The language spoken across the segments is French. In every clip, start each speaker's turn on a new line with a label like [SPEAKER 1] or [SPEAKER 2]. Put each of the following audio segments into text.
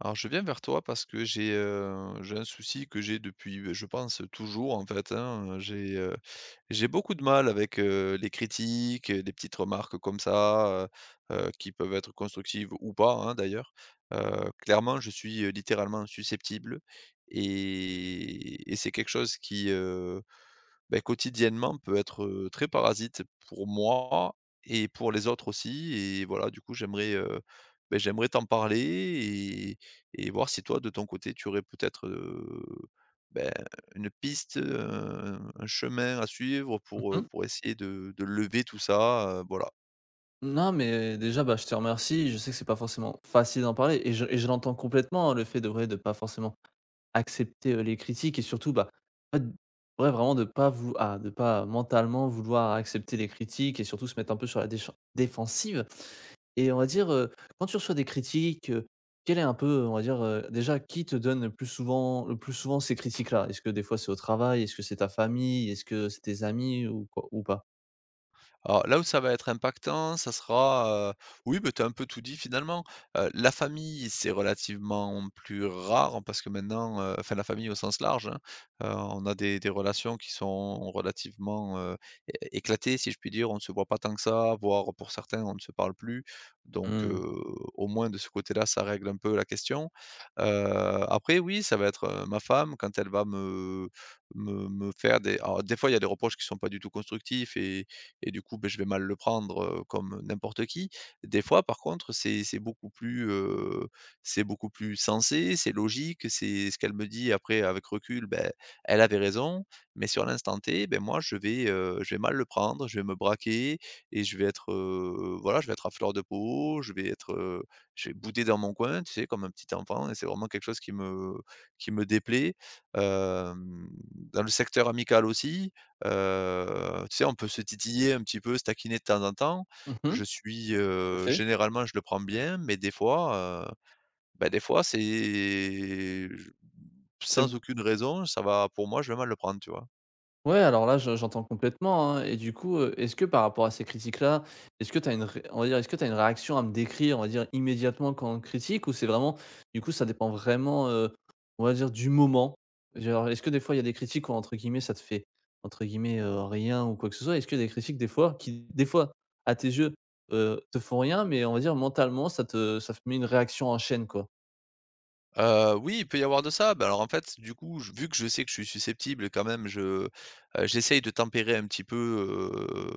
[SPEAKER 1] Alors je viens vers toi parce que j'ai un souci que j'ai depuis, beh, je pense, toujours en fait, hein, j'ai beaucoup de mal avec, les critiques, les petites remarques comme ça, qui peuvent être constructives ou pas, hein, d'ailleurs. Clairement je suis, littéralement susceptible et c'est quelque chose qui, beh, quotidiennement peut être, très parasite pour moi et pour les autres aussi et voilà, du coup, j'aimerais, beh, j'aimerais t'en parler et voir si toi, de ton côté, tu aurais peut-être, ben, une piste, un chemin à suivre
[SPEAKER 2] Mmh.
[SPEAKER 1] pour essayer de lever tout ça, voilà.
[SPEAKER 2] Non, mais déjà, bah, je te remercie. Je sais que c'est pas forcément facile d'en parler et je l'entends complètement, hein, le fait de ouais, de pas forcément accepter, les critiques et surtout, bah, pas d ouais, vraiment de pas vou ah, de pas mentalement vouloir accepter les critiques et surtout se mettre un peu sur la déchen défensive et on va dire, quand tu reçois des critiques, quel est un peu, on va dire, déjà qui te donne le plus souvent ces critiques-là? Est-ce que des fois c'est au travail? Est-ce que c'est ta famille? Est-ce que c'est tes amis ou quoi ou pas?
[SPEAKER 1] Alors là où ça va être impactant, ça sera, oui, beh, tu as un peu tout dit finalement. La famille, c'est relativement plus rare hein, parce que maintenant, enfin la famille au sens large, hein, on a des relations qui sont relativement, é éclatées si je puis dire. On ne se voit pas tant que ça, voire pour certains, on ne se parle plus. Donc,
[SPEAKER 2] Mmh.
[SPEAKER 1] au moins de ce côté-là, ça règle un peu la question. Après oui, ça va être, ma femme quand elle va me faire des alors des fois, il y a des reproches qui sont pas du tout constructifs et du coup, beh, je vais mal le prendre, comme n'importe qui. Des fois, par contre, c'est beaucoup plus, c'est beaucoup plus sensé, c'est logique, c'est ce qu'elle me dit après avec recul, beh, elle avait raison, mais sur l'instant T, beh, moi je vais mal le prendre, je vais me braquer et je vais être, voilà, je vais être à fleur de peau, je vais être, je vais bouder dans mon coin, tu sais, comme un petit enfant et c'est vraiment quelque chose qui me déplaît. Hem, Dans le secteur amical aussi, tu sais, on peut se titiller un petit peu, se taquiner de temps en temps.
[SPEAKER 2] Mmh.
[SPEAKER 1] Je suis,
[SPEAKER 2] Tout à fait.
[SPEAKER 1] généralement, je le prends bien, mais des fois, bah, des fois, c'est
[SPEAKER 2] C'est
[SPEAKER 1] sans aucune raison, ça va pour moi, je vais mal le prendre, tu vois?
[SPEAKER 2] Ouais, alors là, je j'entends complètement, hein, et du coup, est-ce que par rapport à ces critiques-là, est-ce que tu as une ré on va dire, est-ce que tu as une réaction à me décrire, on va dire, immédiatement quand on critique? Ou c'est vraiment du coup, ça dépend vraiment, on va dire, du moment? Genre, est-ce que des fois, il y a des critiques où, entre guillemets, ça te fait, entre guillemets, rien ou quoi que ce soit? Est-ce que des critiques, des fois, qui, des fois, à tes yeux, te font rien, mais on va dire, mentalement, ça te met une réaction en chaîne, quoi?
[SPEAKER 1] Oui, il peut y avoir de ça. Bah, alors, en fait, du coup, je vu que je sais que je suis susceptible quand même, j'essaye de tempérer un petit peu, heu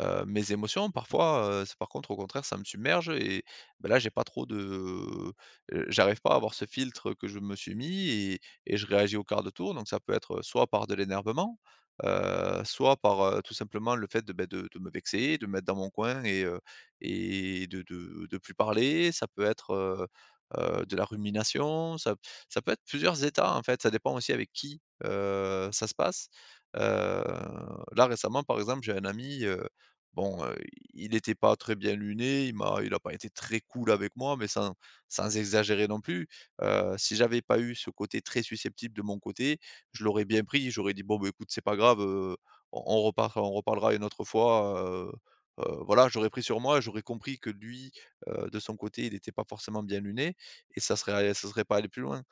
[SPEAKER 1] heu, mes émotions. Parfois, c'est par contre, au contraire, ça me submerge et bah, là, j'ai pas trop de, j'arrive pas à avoir ce filtre que je me suis mis et je réagis au quart de tour. Donc ça peut être, soit par de l'énervement, soit par, tout simplement le fait de, beh, de me vexer, de me mettre dans mon coin et de plus parler. Ça peut être, de la rumination, ça peut être plusieurs états, en fait, ça dépend aussi avec qui, ça se passe. Heu, Là, récemment, par exemple, j'ai un ami, bon, il n'était pas très bien luné, il a pas été très cool avec moi, mais sans exagérer non plus. Si j'avais pas eu ce côté très susceptible de mon côté, je l'aurais bien pris, j'aurais dit: «Bon, bah, écoute, c'est pas grave, on reparlera une autre fois», heu voilà, j'aurais pris sur moi, j'aurais compris que lui, de son côté, il n'était pas forcément bien luné et ça serait pas aller plus loin.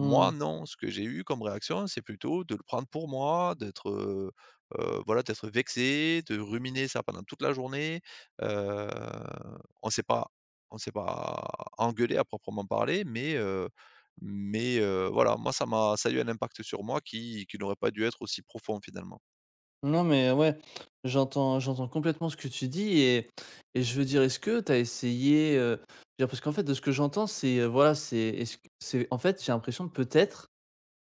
[SPEAKER 1] Moi, non, ce que j'ai eu comme réaction, c'est plutôt de le prendre pour moi, d'être, voilà, d'être vexé, de ruminer ça pendant toute la journée. Heu, on s'est pas on s'est pas engueulés à proprement parler, mais voilà, moi ça m'a ça a eu un impact sur moi qui n'aurait pas dû être aussi profond finalement.
[SPEAKER 2] Non, mais ouais, j'entends complètement ce que tu dis et je veux dire, est-ce que tu as essayé, je veux dire parce qu'en fait, de ce que j'entends, c'est, voilà, c'est est-ce que c'est en fait, j'ai l'impression de peut-être,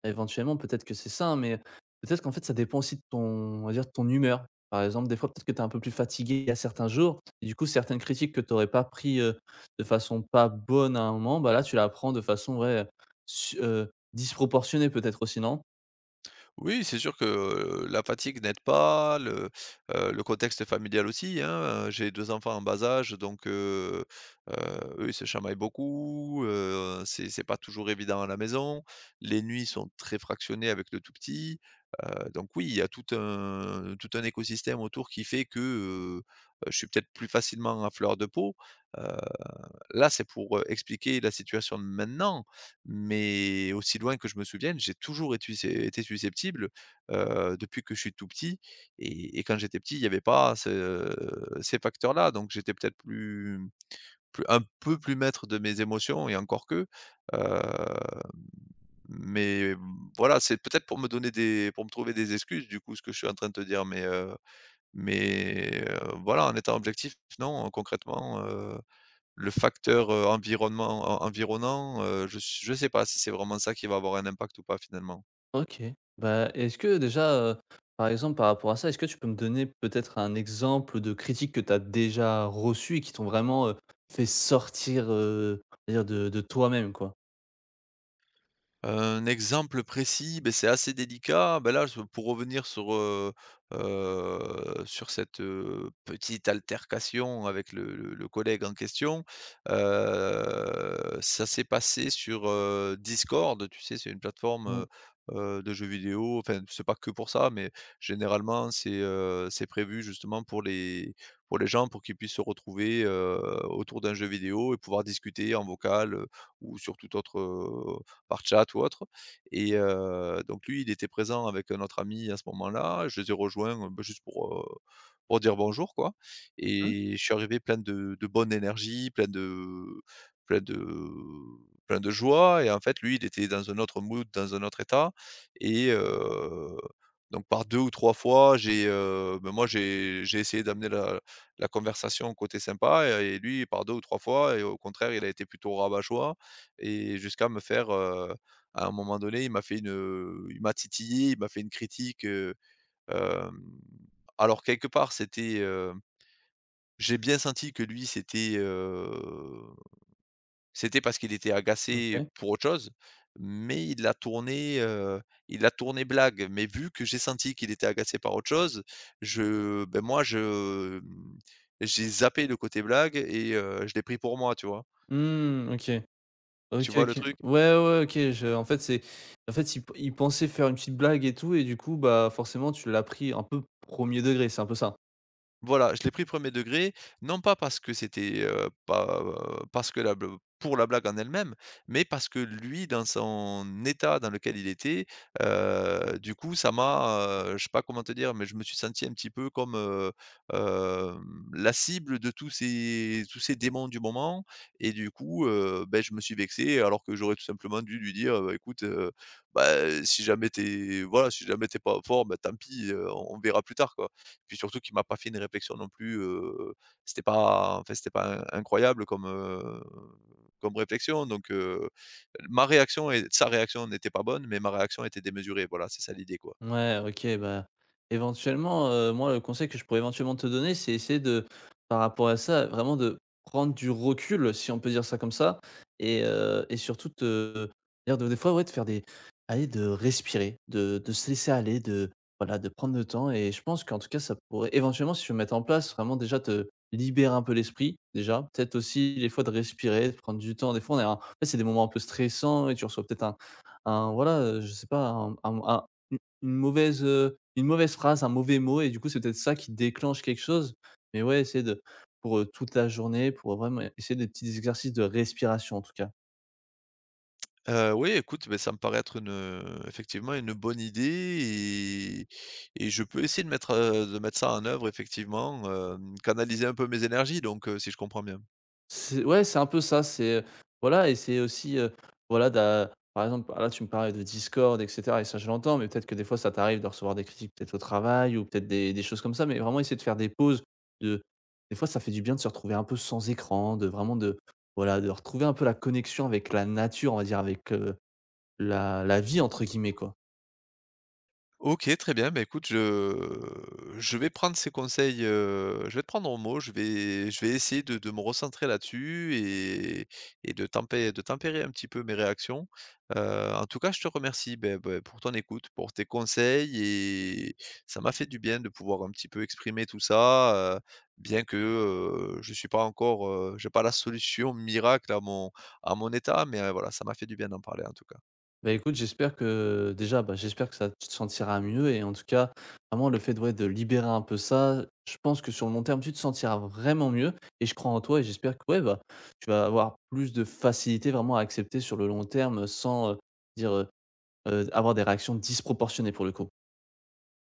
[SPEAKER 2] éventuellement, peut-être que c'est ça, hein, mais peut-être qu'en fait, ça dépend aussi de ton on va dire, de ton humeur. Par exemple, des fois, peut-être que tu es un peu plus fatigué à certains jours et du coup, certaines critiques que tu aurais pas pris, de façon pas bonne à un moment, bah, là, tu la prends de façon, ouais, su disproportionnée peut-être aussi, non?
[SPEAKER 1] Oui, c'est sûr que, la fatigue n'aide pas, le contexte familial aussi, hein, j'ai 2 enfants en bas âge donc heu, eux, ils se chamaillent beaucoup, c'est pas toujours évident à la maison. Les nuits sont très fractionnées avec le tout petit, donc oui, il y a tout un écosystème autour qui fait que, je suis peut-être plus facilement à fleur de peau, heu là, c'est pour, expliquer la situation de maintenant, mais aussi loin que je me souvienne, j'ai toujours étu sui été susceptible, depuis que je suis tout petit et quand j'étais petit, il n'y avait pas ce ces facteurs-là, donc j'étais peut-être plus plus un peu plus maître de mes émotions et encore que, heu, mais voilà, c'est peut-être pour me trouver des excuses du coup, ce que je suis en train de te dire, mais voilà, en étant objectif, non, concrètement, le facteur, environnement en environnant, je ne sais pas si c'est vraiment ça qui va avoir un impact ou pas finalement.
[SPEAKER 2] OK. Bah, est-ce que déjà, par exemple, par rapport à ça, est-ce que tu peux me donner peut-être un exemple de critique que tu as déjà reçue et qui t'ont vraiment, fait sortir, on va dire de toi-même, quoi?
[SPEAKER 1] Un exemple précis, beh, c'est assez délicat. Bah, là, je pour revenir sur, sur cette, petite altercation avec le collègue en question, heu, ça s'est passé sur, Discord. Tu sais, c'est une plateforme,
[SPEAKER 2] Mmh.
[SPEAKER 1] de jeux vidéo. Enfin, c'est pas que pour ça, mais généralement, c'est prévu justement pour les gens, pour qu'ils puissent se retrouver, autour d'un jeu vidéo et pouvoir discuter en vocal, ou sur toute autre, par chat ou autre et donc lui, il était présent avec, un autre ami à ce moment-là. Je les ai rejoints, bah, juste pour dire bonjour, quoi
[SPEAKER 2] Mmh,
[SPEAKER 1] et je suis arrivé plein de bonne énergie, plein de plein de joie et en fait, lui, il était dans un autre mood, dans un autre état et donc par 2 ou 3 fois, bah, moi, j'ai essayé d'amener la conversation côté sympa et lui, par 2 ou 3 fois et au contraire, il a été plutôt rabat-joie et jusqu'à me faire, à un moment donné, il m'a titillé, il m'a fait une critique, hem, alors quelque part c'était, j'ai bien senti que lui c'était, c'était parce qu'il était agacé
[SPEAKER 2] OK.
[SPEAKER 1] pour autre chose, mais il l'a tourné blague. Mais vu que j'ai senti qu'il était agacé par autre chose, je ben moi je, j'ai zappé le côté blague et je l'ai pris pour moi, tu vois?
[SPEAKER 2] Mmh, OK.
[SPEAKER 1] Tu
[SPEAKER 2] OK,
[SPEAKER 1] vois le
[SPEAKER 2] OK.
[SPEAKER 1] truc?
[SPEAKER 2] Ouais, ouais, OK, je en fait, c'est en fait, ils pensaient faire une petite blague et tout et du coup, bah, forcément, tu l'as pris un peu premier degré, c'est un peu ça?
[SPEAKER 1] Voilà, je l'ai pris premier degré, non pas parce que c'était, pas, parce que la bl pour la blague en elle-même, mais parce que lui, dans son état dans lequel il était, du coup, ça m'a, je sais pas comment te dire, mais je me suis senti un petit peu comme, hem, la cible de tous ces démons du moment et du coup, beh, je me suis vexé alors que j'aurais tout simplement dû lui dire: «Bah, écoute, bah, si jamais t'es pas fort, bah, tant pis, on verra plus tard, quoi» puis surtout qu'il m'a pas fait une réflexion non plus, c'était pas in incroyable comme, comme réflexion donc ma réaction et sa réaction n'était pas bonne, mais ma réaction était démesurée, voilà, c'est ça l'idée, quoi.
[SPEAKER 2] Ouais, OK, bah, éventuellement, moi, le conseil que je pourrais éventuellement te donner, c'est essayer de par rapport à ça, vraiment de prendre du recul, si on peut dire ça comme ça, et surtout te dire de des fois, ouais, de faire des allez, de respirer, de se laisser aller, de voilà, de prendre le temps, et je pense qu'en tout cas, ça pourrait éventuellement, si tu veux mettre en place, vraiment déjà te libérer un peu l'esprit, déjà. Peut-être aussi, des fois, de respirer, de prendre du temps. Des fois, on est un- en fait, c'est des moments un peu stressants et tu reçois peut-être un voilà, je sais pas, un une mauvaise phrase, un mauvais mot et du coup, c'est peut-être ça qui déclenche quelque chose. Mais ouais, essayer de pour, toute la journée, pour vraiment essayer des petits exercices de respiration, en tout cas.
[SPEAKER 1] Oui, écoute, beh, ça me paraît être effectivement une bonne idée et je peux essayer de mettre ça en œuvre effectivement, canaliser un peu mes énergies donc si je comprends bien.
[SPEAKER 2] C'est ouais, c'est un peu ça, c'est, voilà, et c'est aussi, voilà, d'a par exemple, ah là, tu me parlais de Discord et cetera, et ça, je l'entends, mais peut-être que des fois, ça t'arrive de recevoir des critiques peut-être au travail ou peut-être des choses comme ça, mais vraiment essayer de faire des pauses, de des fois, ça fait du bien de se retrouver un peu sans écran, de vraiment de voilà, de retrouver un peu la connexion avec la nature, on va dire, avec, la la «vie» entre guillemets, quoi.
[SPEAKER 1] OK, très bien. Bah, écoute, je vais prendre ces conseils, je vais te prendre au mot. Je vais essayer de me recentrer là-dessus et de tempérer un petit peu mes réactions. En tout cas, je te remercie, pour ton écoute, pour tes conseils et ça m'a fait du bien de pouvoir un petit peu exprimer tout ça, bien que, je suis pas encore, j'ai pas la solution miracle à mon état, mais, voilà, ça m'a fait du bien d'en parler, en tout cas.
[SPEAKER 2] Bah, écoute, j'espère que déjà, bah, j'espère que ça tu te sentiras mieux et en tout cas, vraiment le fait de ouais, de libérer un peu ça, je pense que sur le long terme, tu te sentiras vraiment mieux et je crois en toi et j'espère que ouais, bah, tu vas avoir plus de facilité vraiment à accepter sur le long terme, sans, dire, avoir des réactions disproportionnées pour le coup.